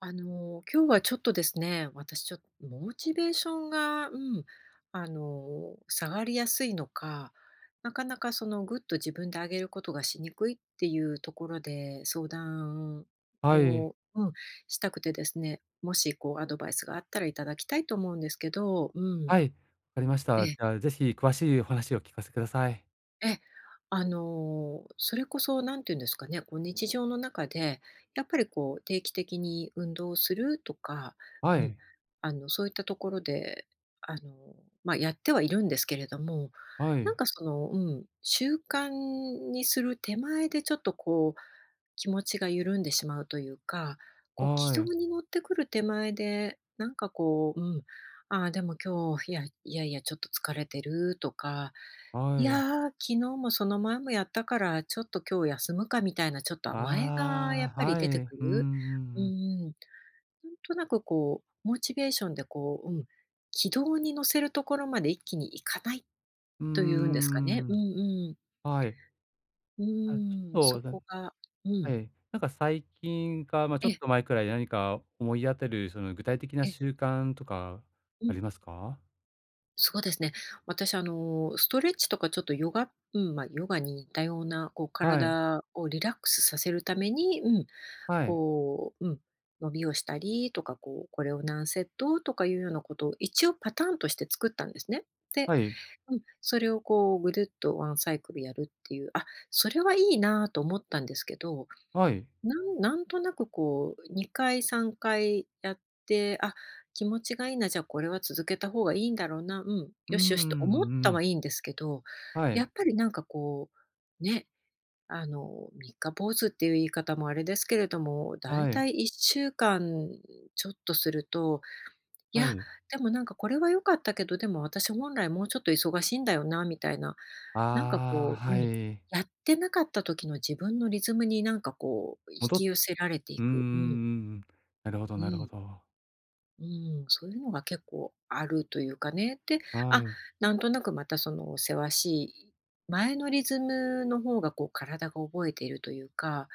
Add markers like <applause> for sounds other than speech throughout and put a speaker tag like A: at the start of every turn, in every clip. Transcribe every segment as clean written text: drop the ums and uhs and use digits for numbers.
A: 今日はちょっとですね、私ちょっとモチベーションが、下がりやすいのか、なかなかそのぐっと自分で上げることがしにくいっていうところで相談
B: はい。
A: を、したくてですね、もしこうアドバイスがあったらいただきたいと思うんですけど、ん、
B: はい。わかりまし
A: え
B: た。
A: え。
B: じゃあ、ぜひ詳しいお話を聞かせてください。
A: え、それこそ何て言うんですかね、こう日常の中で、やっぱりこう定期的に運動をするとか、
B: は
A: うん、
B: い。
A: そういったところで、あのー、まあ、やってはいるんですけれども、
B: は
A: なん
B: い。
A: かその、習慣にする手前でちょっとこう、気持ちが緩んでしまうというか、こう軌
B: は
A: 道
B: い。
A: に乗ってくる手前で、なんかこう、ああ、でも今日、いやいやいや、ちょっと疲れてるとか、い
B: はい。
A: やー、昨日もその前もやったから、ちょっと今日休むかみたいな、ちょっと甘えがやっ
B: ああ、
A: ぱり
B: はい。う
A: 出て
B: ん
A: く
B: うんう
A: る。う
B: ん。
A: ん、なんとなくこう、モチベーションでこう、軌道に乗せるところまで一気にいかない
B: ー
A: というんですかね。
B: ん。
A: うんうん。
B: はい。
A: う
B: あ、ち
A: そ
B: ょっと、な
A: こが、うん。
B: はい。なんか最近か、まあ、ち
A: え
B: ょっ
A: え、
B: と前くらい、何か思い当たる、その、具体的な習慣とか
A: う
B: あ
A: ん、
B: りますか？
A: そうですね。私ストレッチとかちょっとヨガ、まあ、ヨガに似たような、こう
B: はい。
A: 体をリラックスさせるために、
B: はい。
A: こう、うん、伸びをしたりとか、こう、これを何セットとかいうようなことを一応パターンとして作ったんですね。で、
B: はい。
A: うん、それをこうぐるっとワンサイクルやるっていう、あ、それはいいなと思ったんですけど、
B: はい。
A: なんとなくこう2回3回やって、あ、気持ちがいいな、じゃあこれは続けた方がいいんだろうな、
B: うん
A: よ
B: う
A: しよしと思っ
B: んう
A: たは
B: ん。
A: いいんですけど、
B: は
A: や
B: い。
A: っぱりなんかこう、ね、三日坊主っていう言い方もあれですけれども、だい
B: は
A: た
B: い。
A: い1週間ちょっとすると、い
B: は
A: や、
B: い。
A: でもなんかこれは良かったけど、でも私本来もうちょっと忙しいんだよなみたいな、なんか
B: ああ、
A: こう、
B: はい。
A: やってなかった時の自分のリズムになんかこう引
B: 戻っ
A: き寄せられて
B: う
A: い
B: ー
A: く。うん、
B: ん、なるほど
A: う
B: なるほ
A: ん、
B: ど。
A: うそういうのが結構あるというかね。で、
B: は
A: あ、
B: い。
A: なんとなくまたそのせわしい前のリズムの方がこう体が覚えているというか、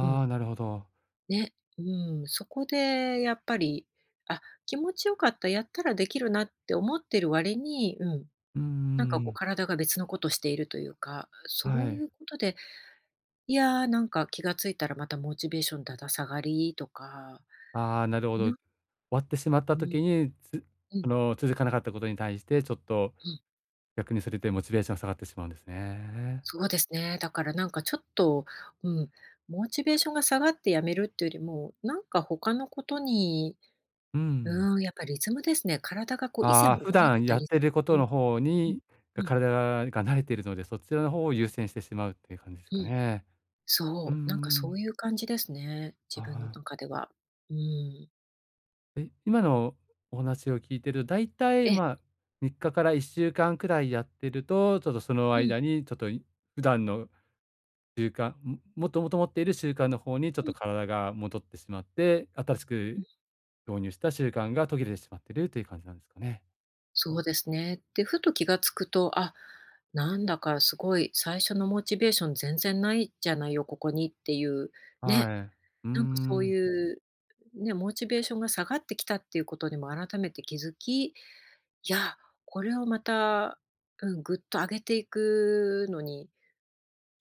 A: うん、
B: あ、なるほど。
A: ね、うん、そこでやっぱり、あ、気持ちよかった、やったらできるなって思ってる割に、
B: う
A: なんか
B: ん
A: こう
B: ん
A: 体が別のことしているというか、そ
B: は
A: うい
B: い。
A: うことで、いやー、なんか気がついたらまたモチベーションだだ下がりとか、
B: ああ、なるほど。
A: な
B: 終わってしまっ
A: う
B: た
A: ん、
B: 時に、
A: うん、
B: その、続かなかったことに対して、ちょっと
A: うん、
B: 逆にそれでモチベーション下がってしまうんですね。
A: そうですね。だからなんかちょっと、うん、モチベーションが下がってやめるっていうよりも、なんか他のことに、
B: うん。
A: うん、やっぱりリズムですね。体がこう以前
B: ああ、
A: 覚
B: 普
A: えて
B: 段
A: た
B: やっ
A: リズ
B: てる
A: ム。
B: こ
A: う
B: と
A: ん、
B: の方
A: うん、
B: に、が
A: うん、
B: 体が慣れているので、そちらの方を優先してしまうっていう感じです
A: う
B: か
A: ん。
B: ね。うーんう
A: そう、なんかそ
B: ん。
A: ういう感じですね、
B: あ
A: 自分の
B: あ。
A: 中では。うん。
B: え、今のお話を聞いてると、だいたい、
A: ええ、
B: まあ、3日から1週間くらいやってると、ちょっとその
A: うん、
B: 間に、ちょっとい普段の習慣、もともと持っている習慣の方にちょっ
A: うん、
B: と体が戻ってしまって、新し
A: うん。
B: く導入した習慣が途切れてしまってるという感じなんですかね。
A: そうですね。で、ふと気がつくと、あ、なんだかすごい最初のモチベーション全然ないじゃないよ、ここにっていう、ね、
B: はい。うー
A: なんかそう
B: ん。
A: いう、ね、モチベーションが下がってきたっていうことにも改めて気づき、いや、これをまた、うん、ぐっと上げていくのに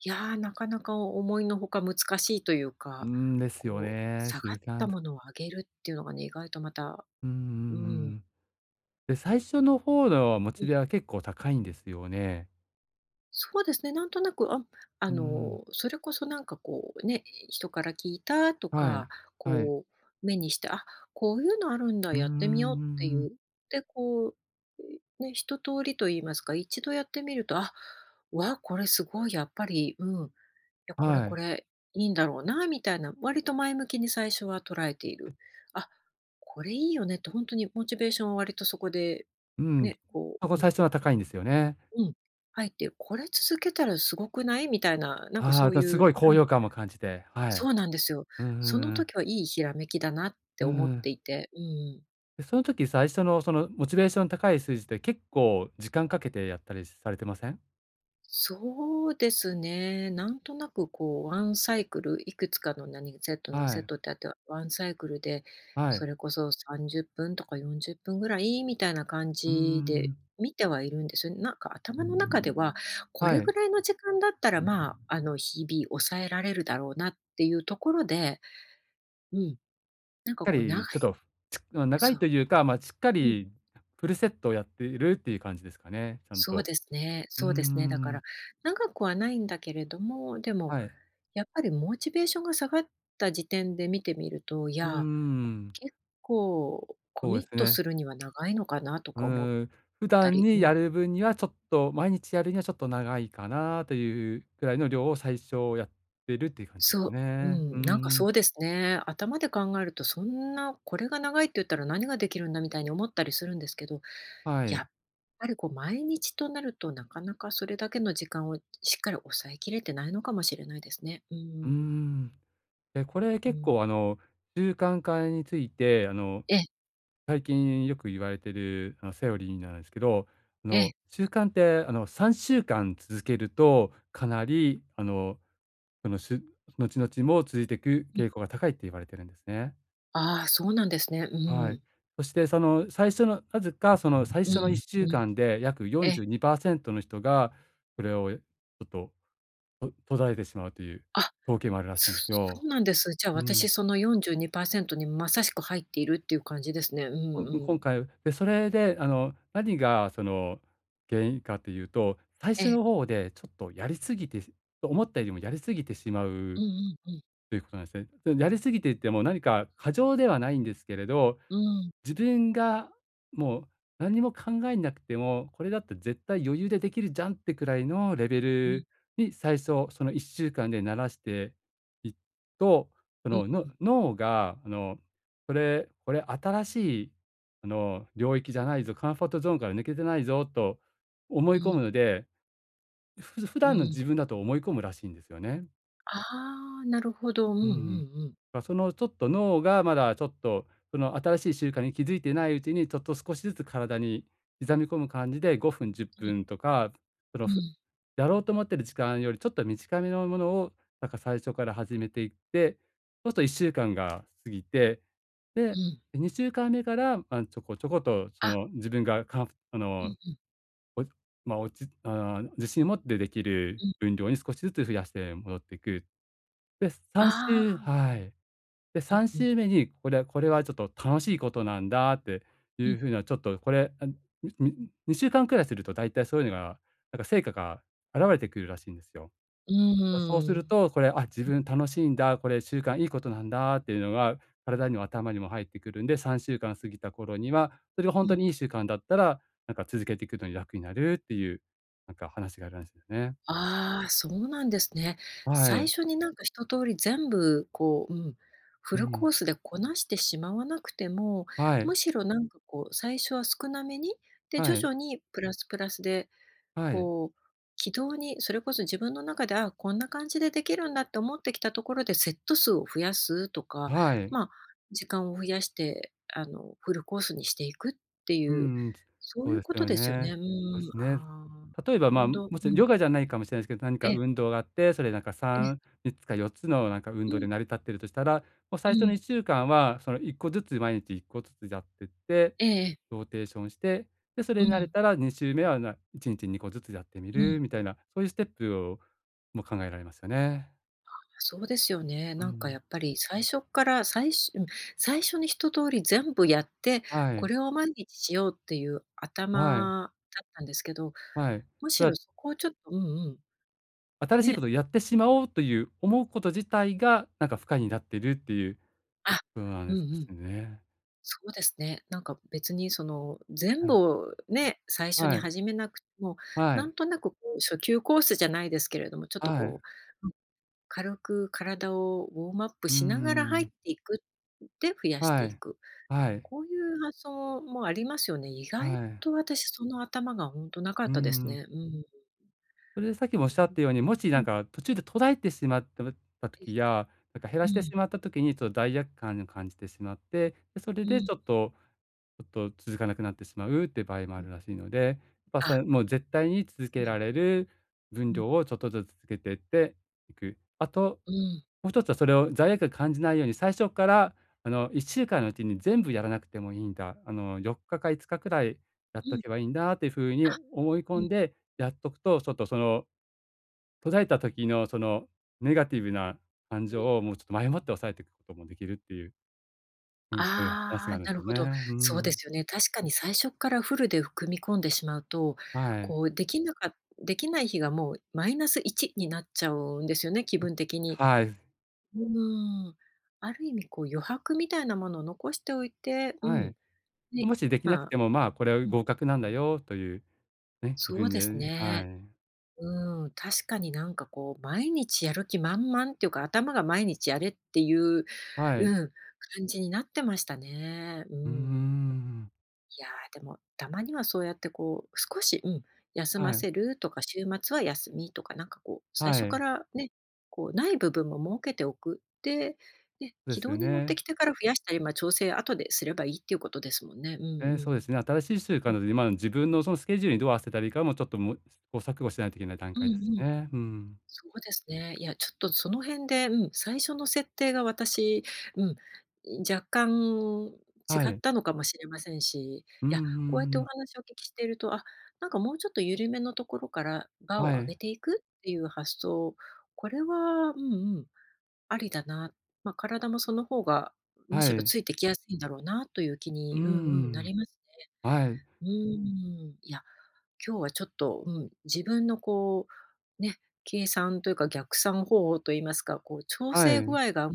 A: いやー、なかなか思いのほか難しいという
B: うー
A: か、
B: ん、ですよ
A: こう、
B: ね。
A: 下がったものを上げるっていうのがね、意外とまた、
B: うんうんう
A: うん、
B: ん。で、最初の方のモ
A: う
B: チ
A: ん、
B: ベは結構高いんですよね。
A: そうですね、なんとなく、あ
B: うんん。
A: の、それこそなんかこうね、人から聞いたと
B: は
A: か、
B: い。はい。
A: こう目にして、あ、こういうのあるんだ、
B: うーう
A: や
B: んうん
A: っ
B: う
A: てみようってい
B: ん。
A: う。で、こう、ね、一通りと言いますか、一度やってみると、あ、わ、これすごい、やっぱり、や、これ
B: は
A: こ
B: い。
A: れいいんだろうなみたいな、割と前向きに最初は捉えている。あ、これいいよねって本当にモチベーションは割とそこで、
B: うん。
A: ね、
B: そこ最初は高いんですよね。
A: うん、入って、これ続けたらすごくないみたいな、なんか
B: あ
A: そ
B: あ、
A: うい
B: すご
A: う、
B: い高揚感も感じて、は
A: そ
B: い。
A: うなんですよ。
B: うんうん
A: その
B: うん。
A: 時はいいひらめきだなって
B: う
A: 思っ
B: ん
A: ていて、うん。
B: で、その時最初のそのモチベーション高い数字って結構時間かけてやったりされてません？
A: そうですね。なんとなくこうワンサイクル、いくつかの何セット、何
B: は
A: セッ
B: い、
A: トってあって、ワンサイクルで、
B: は
A: そ
B: い。
A: れこそ30分とか40分ぐらいみたいな感
B: うー
A: じで
B: ん。
A: 見てはいるんですよ。なんか頭の中では、これ
B: はい。
A: ぐ
B: し
A: らいの時間だったら、まあ、日々抑えられるだろうなっていうところで、うん、なん
B: っ
A: か
B: か
A: こう長い、
B: りちょっと、ちま長
A: そ
B: い
A: う、
B: というか、ま、しっか
A: うん、
B: りフルセットをやっているっていう感じですかね、ちゃん
A: そう
B: と。
A: ですね、
B: うー
A: そうですね。だか
B: ん。
A: ら長くはないんだけれども、でも
B: はい。
A: やっぱりモチベーションが下がった時点で見てみると、い
B: うー
A: や、
B: ん。
A: 結構コ
B: そうで
A: ミッ
B: す
A: ト
B: ね。
A: するには長いのかなと
B: う
A: か思っ
B: ーん、普
A: た
B: 段
A: り、
B: にやる分にはちょっと、毎日やるにはちょっと長いかなというくらいの量を最初やってるっていう感じですか
A: そう、
B: ね。う
A: なんか
B: ん
A: そ
B: ん。
A: うですね。頭で考えるとそんな、これが長いって言ったら何ができるんだみたいに思ったりするんですけど、
B: は
A: や
B: い。
A: っぱりこう毎日となるとなかなかそれだけの時間をしっかり抑えきれてないのかもしれないですね。う
B: うー
A: ん。
B: ん。え、これ
A: う
B: 結
A: ん。
B: 構あの、習慣化について、あの、
A: ええ、
B: 最近よく言われてる、あの、セオリーなんですけど、あ
A: ええ、
B: の、習慣ってあの、3週間続けると、かなりあの、その、後々も続いていく傾向が高いって言われてるんですね。
A: ああー、そうなんですね。う
B: はい。
A: ん。
B: そしてその最初のなぜかその最
A: う
B: 初の
A: ん、
B: 1
A: う
B: 週
A: ん。
B: 間で約
A: ええ。
B: 42%の人が、それをちょっと、と途絶えてしまうという
A: あ、
B: 統計もあるらし
A: そ
B: いんです
A: そ
B: よ。
A: うなんです。じゃあ
B: う
A: 私
B: ん。
A: その42%にパーセントにまさしく入っているっていう感じですね。うん
B: <unintelligible>
A: う
B: 今
A: ん。
B: 回、で、それであの何がその原因かというと、最
A: え
B: 初
A: え。
B: の方でちょっとやりすぎて思ったよりもやりすぎてしま
A: う
B: う
A: んうんうん。
B: ということなんですね。で、やりすぎてっても何か過剰ではないんですけれど
A: うん。
B: 自分がもう何にも考えなくても、これだったら絶対余裕でできるじゃんってくらいのレベ
A: うん。
B: ルに最初、その1週間で慣らしていくと、そ
A: うん。
B: の、脳があの、これ新しいあの、領域じゃないぞ、カンフォートゾーンから抜けてないぞと思い
A: う
B: 込む
A: ん。
B: ので、普
A: う
B: 段の
A: ん。
B: 自分だと思い込むらしいんですよね。
A: ああ、なるほど。うんうん
B: う
A: う
B: ん。
A: ん。
B: まあ、そのちょっと脳がまだちょっと、その新しい習慣に気づいてないうちに、ちょっと少しずつ体に刻み込む感じで5分、10分とか、その、
A: うん、
B: やろうと思ってる時間よりちょっと短めのものを、なんか最初から始めていって、そうすると1週間が過ぎて、
A: う
B: で、
A: ん。
B: 2週間目かんめから、まあ、ちょこちょこと、そ
A: あ、
B: の自分があ
A: うん
B: の、
A: うん。
B: おまあ、落ちあー自信を持ってできる
A: うん。
B: 分量に少しずつ増やして戻っていく。で、3
A: あ
B: 週
A: あ、
B: はい。で、
A: うん
B: 3
A: うん。
B: 週目に、これはちょっと楽しいことなんだってい
A: うん。
B: うふうな、ちょっとこれ、あ、に2週間くらいするとだいたいそういうのが、なんか成果が現れてくるらしいんですよ。
A: う
B: そうす
A: ー
B: る
A: ん。
B: と、これ、あ、自分楽しいんだ、これ習慣いいことなんだっていうのが、体にも頭にも入ってくるんで、3週間過ぎた頃には、それが
A: う
B: 本当
A: ん。
B: にいい習慣だったら、なんか続けていくのに楽になるっていう、なんか話があるんですよね。
A: ああ、そうなんですね。
B: は
A: 最
B: い。
A: 初になんか一通り全部こう、フ
B: う
A: ルコ
B: ん。
A: ースでこなしてしまわなくても、
B: はい。
A: むしろなんかこう最初は少なめに、で、
B: は
A: 徐
B: い。
A: 々にプラスプラスで、
B: はい。
A: こう、軌道に、それこそ自分の中で、あこんな感じでできるんだって思ってきたところでセット数を増やすとか、
B: はい。
A: まあ、時間を増やして、フルコースにしていくってい
B: う
A: う、
B: ん
A: そう
B: そう
A: いう
B: です
A: こと
B: よ
A: ですよね。
B: ね。
A: う
B: そうで
A: ん、
B: すね。
A: ああ、
B: 例え
A: なる
B: ば、まあ、
A: ほ
B: も
A: ど。う
B: ちろん
A: ん、
B: ヨガじゃないかもしれないですけど、何
A: ええ
B: か
A: え
B: 運
A: え。
B: 動があって、それなんか3、3つか4つのなんか運
A: う
B: 動
A: ん、
B: で成り立ってるとしたら、もう
A: う
B: 最初の
A: ん。
B: 1週間はその1個ずつ毎日1個ずつやってって、
A: ええええ。
B: ローテーションして、で、そ
A: う
B: れに慣れ
A: ん、
B: たら2週目は1日2個ずつやってみ
A: うん。
B: るみたいな、そういうステップをも考えられますよね。
A: そうですよね。
B: う
A: なんかや
B: ん。
A: っぱり最初っから最初うん、最初に一通り全部やって、
B: は
A: こ
B: い。
A: れを毎日しようっていう
B: はい。
A: 頭だったんですけど、
B: はい。
A: む
B: そ
A: し
B: れ
A: ろ
B: は
A: そこをちょっとうんうん、
B: 新しいこ
A: ね、
B: とをやってしまおうという思うこと自体が、なんか負荷になってるっていう、
A: あ、
B: そうなん
A: う
B: で
A: ん
B: す
A: うん。
B: ね。
A: そうですね。なんか別にその全
B: は
A: 部
B: い。
A: をね、最初に
B: はい。
A: 始めなくても、
B: は
A: な
B: い。
A: んとなくこう初級コースじゃないですけれども、ちょっと
B: は
A: こ
B: い。
A: う軽く体をウォームアップ
B: う
A: しながら入
B: ん
A: って
B: ん
A: いく、で、増やして
B: は
A: い
B: い。
A: く。
B: はい。
A: こういう発想もありますよね。意外
B: はい。
A: と私その頭がほんとなかっ
B: うー
A: たです
B: ん。
A: ね。うん。
B: それでさっきもおっし
A: な
B: ゃ
A: る
B: っ
A: ほ
B: たように、もし
A: ど。
B: な
A: う
B: ん
A: ん。
B: か途中で途絶えてしまった
A: え、
B: 時や、なんか減
A: う
B: らしてし
A: ん、
B: まった時に、ちょっと罪悪感を感じてしまって、で、それ
A: う
B: で
A: ん、
B: ちょっと続かなくなってしまうっていう場合も
A: う
B: あ
A: ん。
B: るらしいので、やっぱ
A: あ、
B: さもう絶対に続
A: う
B: け
A: ん、
B: られる分
A: うん、
B: 量をちょっとずつ続けてっていく。あと、
A: うん、
B: もう一つはそれを罪悪感感じないように、最初からあの1週間のうちに全部やらなくてもいいんだ、あの4日か5日くらいやっ
A: う
B: と
A: ん。
B: けばいいんだっていう風に
A: あ、
B: 思い
A: う
B: 込
A: ん、
B: んでやっとくと、ちょっとその途絶えた時のそのネガティブな感
A: うん。
B: 情をもうちょっと前もって抑えていくこともできるっていう、うん、そういう話
A: あ
B: が
A: あ、
B: あるん
A: な
B: です
A: る
B: よ
A: ほど。
B: ね。う
A: そうで
B: ん。
A: すよね。確かに最初からフルで組み込んでしまうと、
B: はい。
A: こうできない日がもうマイナス1になっちゃうんですよね、気分的に。
B: はい。
A: うん。ある意味こう余白みたいなものを残しておいて、
B: はい。
A: ね、
B: もしできなく
A: まあ、
B: ても、まあ、これは
A: うん、
B: 合格なんだよというね、気
A: そう
B: 分
A: です
B: で
A: ね。
B: はい。
A: うん、確かになんかこう毎日やる気満々っていうか、頭が毎日やれっていう、
B: はい。
A: うん、感じになってましたね。う
B: うー
A: ん。
B: ん。
A: いやー、でも、たまにはそうやってこう、少し、休ま
B: はい。
A: せるとか、週末は休みとか、なんかこう、最
B: は
A: 初か
B: い。
A: らね、こう、ない部分も設けておく。で、ね、
B: そうで
A: 軌
B: す
A: 道
B: よ
A: に乗って
B: ね。
A: きてから増やしたり、まあ、調整後ですればいいっていうことですもんね。うんう
B: ええ、そうで
A: ん。
B: すね。新しい習慣
A: う
B: な
A: ん。
B: ので、今の自分のそのスケジュールにどう合わせたらいいかも、ちょっともう、試行錯誤しないといけない段
A: う
B: 階です
A: ん。
B: ね。うん。
A: そうですね。いや、ちょっとその辺で、最初の設定が私、うん、若干違
B: は
A: っ
B: い。
A: たのかもしれませんし、い
B: うんうんう
A: や、こうやってお
B: ん。
A: 話をお聞きしていると、あ、なんかもうちょっと緩めのところからバーを
B: は
A: 上げ
B: い。
A: ていくっていう発想、これは、うんうん、ありだな。まあ、体もその方がむ
B: は
A: しろ
B: い。
A: ついてきやすいんだろうなという気
B: う
A: に、うんうん、な
B: ん。
A: りますね。
B: はい。
A: うん、いや、今日はちょっと、自分のこう、ね、計算というか逆算方法といいますか、こう調
B: は
A: 整具
B: い。
A: 合が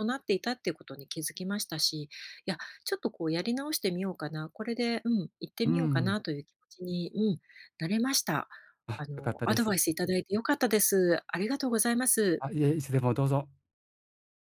A: 異なっていたっていうことに気づきましたし、いや、ちょっとこうやり直してみようかな、これで、行って
B: う
A: みようか
B: ん。
A: なという気持ちに、なれました。
B: あ、
A: あ
B: 良かっ
A: の、
B: た
A: ア
B: で
A: ド
B: す。
A: バイスいただいて良かったです。ありがとうございます。
B: あ、いえ、いつでもどうぞ。